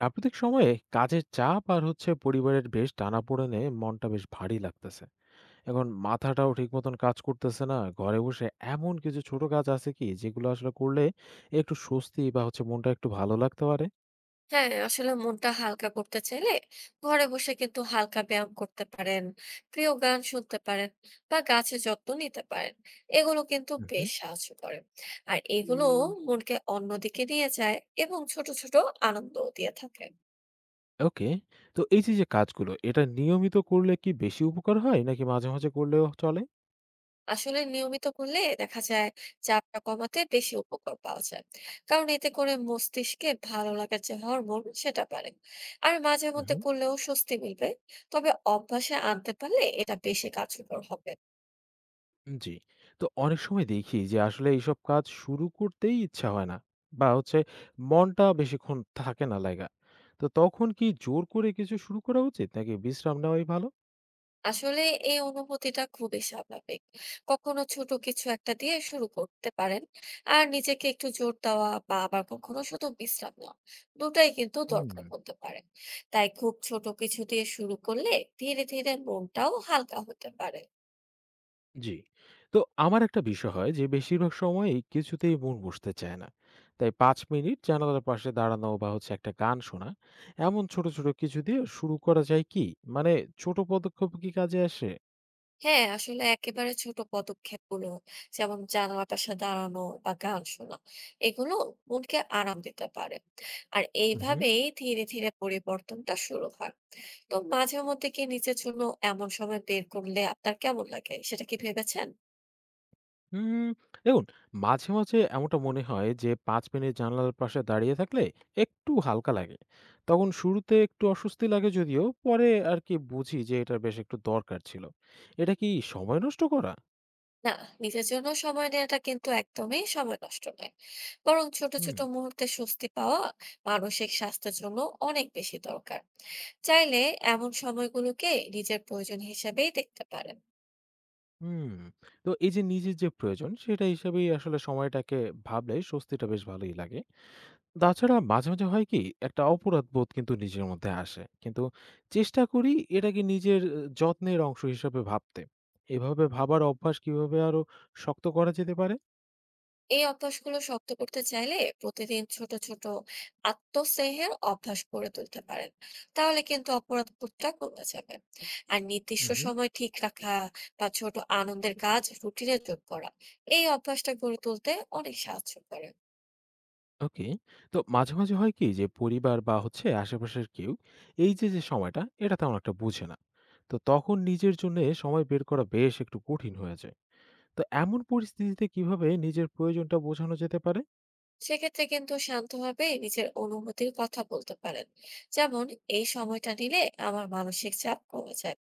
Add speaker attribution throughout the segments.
Speaker 1: সাম্প্রতিক সময়ে কাজের চাপ আর পরিবারের বেশ টানাপোড়েনে মনটা বেশ ভারী লাগতেছে। এখন মাথাটাও ঠিক মতন কাজ করতেছে না। ঘরে বসে এমন কিছু ছোট কাজ আছে কি, যেগুলো আসলে করলে একটু স্বস্তি বা হচ্ছে মনটা একটু ভালো লাগতে পারে?
Speaker 2: হ্যাঁ, আসলে মনটা হালকা করতে চাইলে ঘরে বসে কিন্তু হালকা ব্যায়াম করতে পারেন, প্রিয় গান শুনতে পারেন বা গাছের যত্ন নিতে পারেন। এগুলো কিন্তু
Speaker 1: হুম।
Speaker 2: বেশ সাহায্য করে। আর এগুলো মনকে অন্যদিকে নিয়ে যায় এবং ছোট, ছোট আনন্দও দিয়ে থাকে।
Speaker 1: ওকে। তো এই যে যে কাজগুলো, এটা নিয়মিত করলে কি বেশি উপকার হয়, নাকি মাঝে মাঝে করলেও চলে?
Speaker 2: আসলে নিয়মিত করলে দেখা যায় চাপটা কমাতে বেশি উপকার পাওয়া যায়। কারণ এতে করে মস্তিষ্কে ভালো লাগার যে হরমোন সেটা বাড়ে। আর মাঝে মধ্যে করলেও স্বস্তি মিলবে। তবে অভ্যাসে আনতে পারলে এটা বেশি কার্যকর হবে।
Speaker 1: জি। তো অনেক সময় দেখি যে আসলে এইসব কাজ শুরু করতেই ইচ্ছা হয় না, বা হচ্ছে মনটা বেশিক্ষণ থাকে না লাগা। তো তখন কি জোর করে কিছু শুরু করা উচিত, নাকি বিশ্রাম নেওয়াই ভালো?
Speaker 2: আসলে এই অনুভূতিটা খুবই স্বাভাবিক। কখনো ছোট কিছু একটা দিয়ে শুরু করতে পারেন। আর নিজেকে একটু জোর দেওয়া বা আবার কখনো শুধু বিশ্রাম নেওয়া, দুটাই কিন্তু
Speaker 1: হুম।
Speaker 2: দরকার হতে পারে। তাই খুব ছোট কিছু দিয়ে শুরু করলে ধীরে ধীরে মনটাও হালকা হতে পারে।
Speaker 1: জি। তো আমার একটা বিষয় হয় যে বেশিরভাগ সময়ই কিছুতেই মন বসতে চায় না। তাই ৫ মিনিট জানালার পাশে দাঁড়ানো বা হচ্ছে একটা গান শোনা, এমন ছোট, ছোট কিছু দিয়ে শুরু করা যায় কি? মানে ছোট পদক্ষেপ কি কাজে আসে?
Speaker 2: হ্যাঁ, আসলে একেবারে ছোট পদক্ষেপগুলো যেমন জানালার পাশে দাঁড়ানো বা গান শোনা, এগুলো মনকে আরাম দিতে পারে। আর
Speaker 1: হুম।
Speaker 2: এইভাবেই ধীরে ধীরে পরিবর্তনটা শুরু হয়। তো মাঝে মধ্যে কি নিজের জন্য এমন সময় বের করলে আপনার কেমন লাগে সেটা কি ভেবেছেন?
Speaker 1: হুম, দেখুন, মাঝে, মাঝে এমনটা মনে হয় যে ৫ মিনিট জানালার পাশে দাঁড়িয়ে থাকলে একটু হালকা লাগে। তখন শুরুতে একটু অস্বস্তি লাগে, যদিও পরে আর কি বুঝি যে এটা বেশ একটু দরকার ছিল। এটা কি সময় নষ্ট করা?
Speaker 2: না, নিজের জন্য সময় নেওয়াটা কিন্তু একদমই সময় নষ্ট নয়, বরং ছোট
Speaker 1: হুম,
Speaker 2: ছোট মুহূর্তে স্বস্তি পাওয়া মানসিক স্বাস্থ্যের জন্য অনেক বেশি দরকার। চাইলে এমন সময়গুলোকে নিজের প্রয়োজন হিসেবেই দেখতে পারেন।
Speaker 1: হুম। তো এই যে নিজের যে প্রয়োজন, সেটা হিসাবেই আসলে সময়টাকে ভাবলে স্বস্তিটা বেশ ভালোই লাগে। তাছাড়া মাঝে, মাঝে হয় কি, একটা অপরাধবোধ কিন্তু নিজের মধ্যে আসে। কিন্তু চেষ্টা করি এটাকে নিজের এ যত্নের অংশ হিসেবে ভাবতে। এভাবে ভাবার অভ্যাস কিভাবে আরো শক্ত করা যেতে পারে?
Speaker 2: এই অভ্যাসগুলো শক্ত করতে চাইলে প্রতিদিন ছোট ছোট আত্মস্নেহের অভ্যাস গড়ে তুলতে পারেন, তাহলে কিন্তু অপরাধ বোধটা কমে যাবে। আর নির্দিষ্ট
Speaker 1: হুম।
Speaker 2: সময় ঠিক রাখা বা ছোট আনন্দের কাজ রুটিনে যোগ করা, এই অভ্যাসটা গড়ে তুলতে অনেক সাহায্য করে।
Speaker 1: ওকে। তো মাঝে, মাঝে হয় কি যে পরিবার বা হচ্ছে আশেপাশের কেউ এই যে, যে সময়টা, এটা তেমন একটা বুঝে না। তো তখন নিজের জন্যে সময় বের করা বেশ একটু কঠিন হয়ে যায়। তো এমন পরিস্থিতিতে কিভাবে নিজের প্রয়োজনটা বোঝানো যেতে পারে?
Speaker 2: সেক্ষেত্রে কিন্তু শান্তভাবে নিজের অনুভূতির কথা বলতে পারেন, যেমন এই সময়টা নিলে আমার মানসিক চাপ কমে যায়।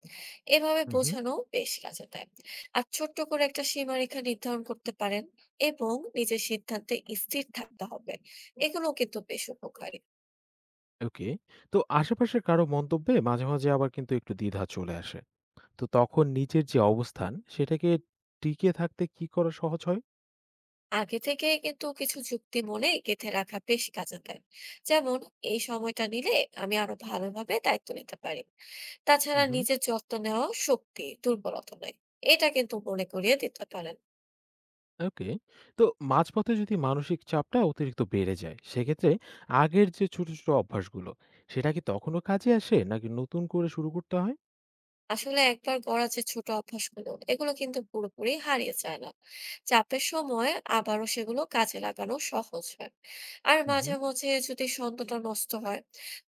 Speaker 2: এভাবে
Speaker 1: হুম।
Speaker 2: বোঝানো বেশ কাজে দেয়। আর ছোট্ট করে একটা সীমারেখা নির্ধারণ করতে পারেন এবং নিজের সিদ্ধান্তে স্থির থাকতে হবে। এগুলো কিন্তু বেশ উপকারী।
Speaker 1: ওকে। তো আশেপাশের কারো মন্তব্যে মাঝে, মাঝে আবার কিন্তু একটু দ্বিধা চলে আসে। তো তখন নিজের যে অবস্থান, সেটাকে টিকিয়ে থাকতে কি করা সহজ হয়?
Speaker 2: আগে থেকে কিন্তু কিছু যুক্তি মনে গেঁথে রাখা বেশ কাজে দেয়, যেমন এই সময়টা নিলে আমি আরো ভালোভাবে দায়িত্ব নিতে পারি।
Speaker 1: হুম,
Speaker 2: তাছাড়া
Speaker 1: হুম।
Speaker 2: নিজের যত্ন নেওয়া শক্তি, দুর্বলতা নয়। এটা কিন্তু মনে করিয়ে দিতে পারেন।
Speaker 1: ওকে। তো মাঝপথে যদি মানসিক চাপটা অতিরিক্ত বেড়ে যায়, সেক্ষেত্রে আগের যে ছোট, ছোট অভ্যাসগুলো, সেটা কি তখনও কাজে আসে, নাকি নতুন করে শুরু করতে হয়?
Speaker 2: আসলে একবার গড়া যে ছোট অভ্যাসগুলো, এগুলো কিন্তু পুরোপুরি হারিয়ে যায় না। চাপের সময় আবারও সেগুলো কাজে লাগানো সহজ হয়। আর
Speaker 1: হুম, হুম।
Speaker 2: মাঝে মাঝে যদি ছন্দটা নষ্ট হয়,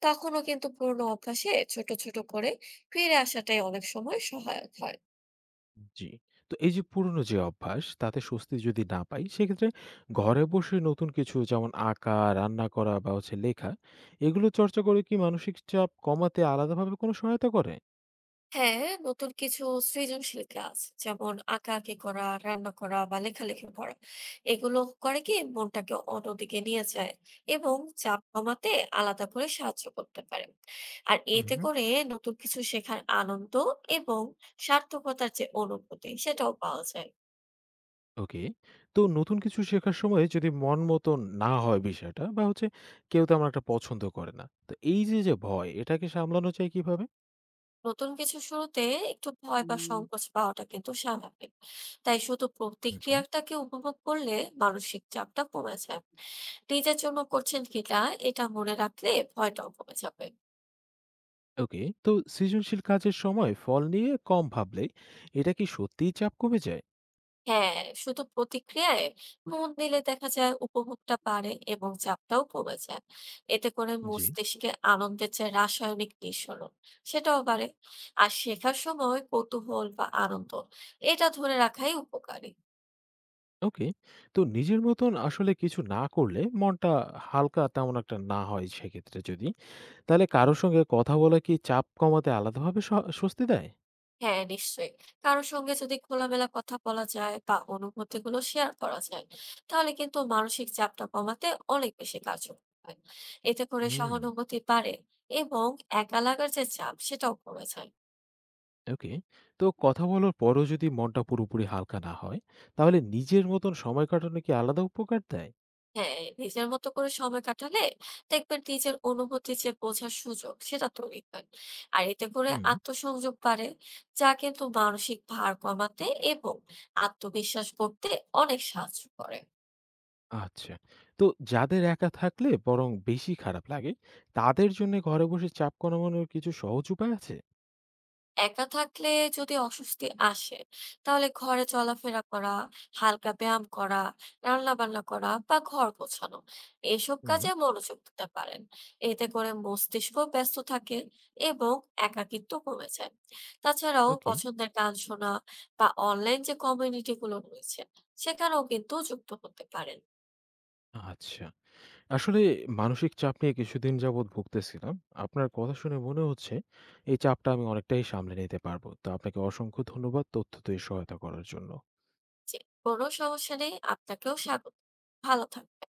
Speaker 2: তখনও কিন্তু পুরোনো অভ্যাসে ছোট, ছোট করে ফিরে আসাটাই অনেক সময় সহায়ক হয়।
Speaker 1: জি। তো এই যে পুরনো যে অভ্যাস, তাতে স্বস্তি যদি না পাই, সেক্ষেত্রে ঘরে বসে নতুন কিছু যেমন আঁকা, রান্না করা বা হচ্ছে লেখা, এগুলো চর্চা করে কি মানসিক চাপ কমাতে আলাদাভাবে কোনো সহায়তা করে?
Speaker 2: হ্যাঁ, নতুন কিছু সৃজনশীল কাজ যেমন আঁকাআঁকি করা, রান্না করা বা লেখালেখি করা। এগুলো করে কি মনটাকে অন্যদিকে নিয়ে যায় এবং চাপ কমাতে আলাদা করে সাহায্য করতে পারে। আর
Speaker 1: হুম,
Speaker 2: এতে
Speaker 1: হুম।
Speaker 2: করে নতুন কিছু শেখার আনন্দ এবং সার্থকতার যে অনুভূতি সেটাও পাওয়া যায়।
Speaker 1: ওকে। তো নতুন কিছু শেখার সময় যদি মন মতো না হয় বিষয়টা, বা হচ্ছে কেউ তেমন একটা পছন্দ করে না, তো এই যে যে ভয়, এটাকে সামলানো যায় কিভাবে?
Speaker 2: নতুন কিছু শুরুতে একটু ভয় বা
Speaker 1: হুম।
Speaker 2: সংকোচ পাওয়াটা কিন্তু স্বাভাবিক। তাই শুধু
Speaker 1: হুম।
Speaker 2: প্রতিক্রিয়াটাকে উপভোগ করলে মানসিক চাপটা কমে যায়। নিজের জন্য করছেন কিটা, এটা মনে রাখলে ভয়টাও কমে যাবে।
Speaker 1: ওকে। তো সৃজনশীল কাজের সময় ফল নিয়ে কম ভাবলে এটা কি সত্যিই চাপ কমে যায়?
Speaker 2: হ্যাঁ, শুধু প্রতিক্রিয়ায় মন দিলে দেখা যায় উপভোগটা বাড়ে এবং চাপটাও কমে যায়। এতে করে
Speaker 1: জি।
Speaker 2: মস্তিষ্কে আনন্দের যে রাসায়নিক নিঃসরণ সেটাও বাড়ে। আর শেখার সময় কৌতূহল বা আনন্দ, এটা ধরে রাখাই উপকারী।
Speaker 1: ওকে। তো নিজের মতন আসলে কিছু না করলে মনটা হালকা তেমন একটা না হয় সেক্ষেত্রে যদি, তাহলে কারো সঙ্গে কথা বলা কি চাপ কমাতে আলাদাভাবে স স্বস্তি দেয়?
Speaker 2: হ্যাঁ, নিশ্চয়ই। কারো সঙ্গে যদি খোলামেলা কথা বলা যায় বা অনুভূতিগুলো শেয়ার করা যায়, তাহলে কিন্তু মানসিক চাপটা কমাতে অনেক বেশি কার্যকর হয়। এতে করে
Speaker 1: হুম,
Speaker 2: সহানুভূতি বাড়ে এবং একা লাগার যে চাপ সেটাও কমে যায়।
Speaker 1: ওকে। তো কথা বলার পরও যদি মনটা পুরোপুরি হালকা না হয়, তাহলে নিজের মতন সময় কাটানো কি আলাদা উপকার দেয়?
Speaker 2: হ্যাঁ, নিজের মতো করে সময় কাটালে দেখবেন নিজের অনুভূতি যে বোঝার সুযোগ সেটা তৈরি হয়। আর এতে করে
Speaker 1: হুম,
Speaker 2: আত্মসংযোগ বাড়ে, যা কিন্তু মানসিক ভার কমাতে এবং আত্মবিশ্বাস করতে অনেক সাহায্য করে।
Speaker 1: আচ্ছা। তো যাদের একা থাকলে বরং বেশি খারাপ লাগে, তাদের জন্যে ঘরে বসে চাপ কমানোর কিছু সহজ উপায় আছে?
Speaker 2: একা থাকলে যদি অস্বস্তি আসে তাহলে ঘরে চলাফেরা করা, হালকা ব্যায়াম করা, রান্না বান্না করা বা ঘর গোছানো এসব
Speaker 1: হুম,
Speaker 2: কাজে মনোযোগ দিতে পারেন। এতে করে মস্তিষ্ক ব্যস্ত থাকে এবং একাকিত্ব কমে যায়। তাছাড়াও
Speaker 1: ওকে,
Speaker 2: পছন্দের গান শোনা বা অনলাইন যে কমিউনিটি গুলো রয়েছে সেখানেও কিন্তু যুক্ত হতে পারেন।
Speaker 1: আচ্ছা। আসলে মানসিক চাপ নিয়ে কিছুদিন যাবৎ ভুগতেছিলাম। আপনার কথা শুনে মনে হচ্ছে এই চাপটা আমি অনেকটাই সামলে নিতে পারবো। তো আপনাকে অসংখ্য ধন্যবাদ তথ্য দিয়ে সহায়তা করার জন্য।
Speaker 2: যে কোনো সমস্যা নেই, আপনাকেও স্বাগত। ভালো থাকবেন।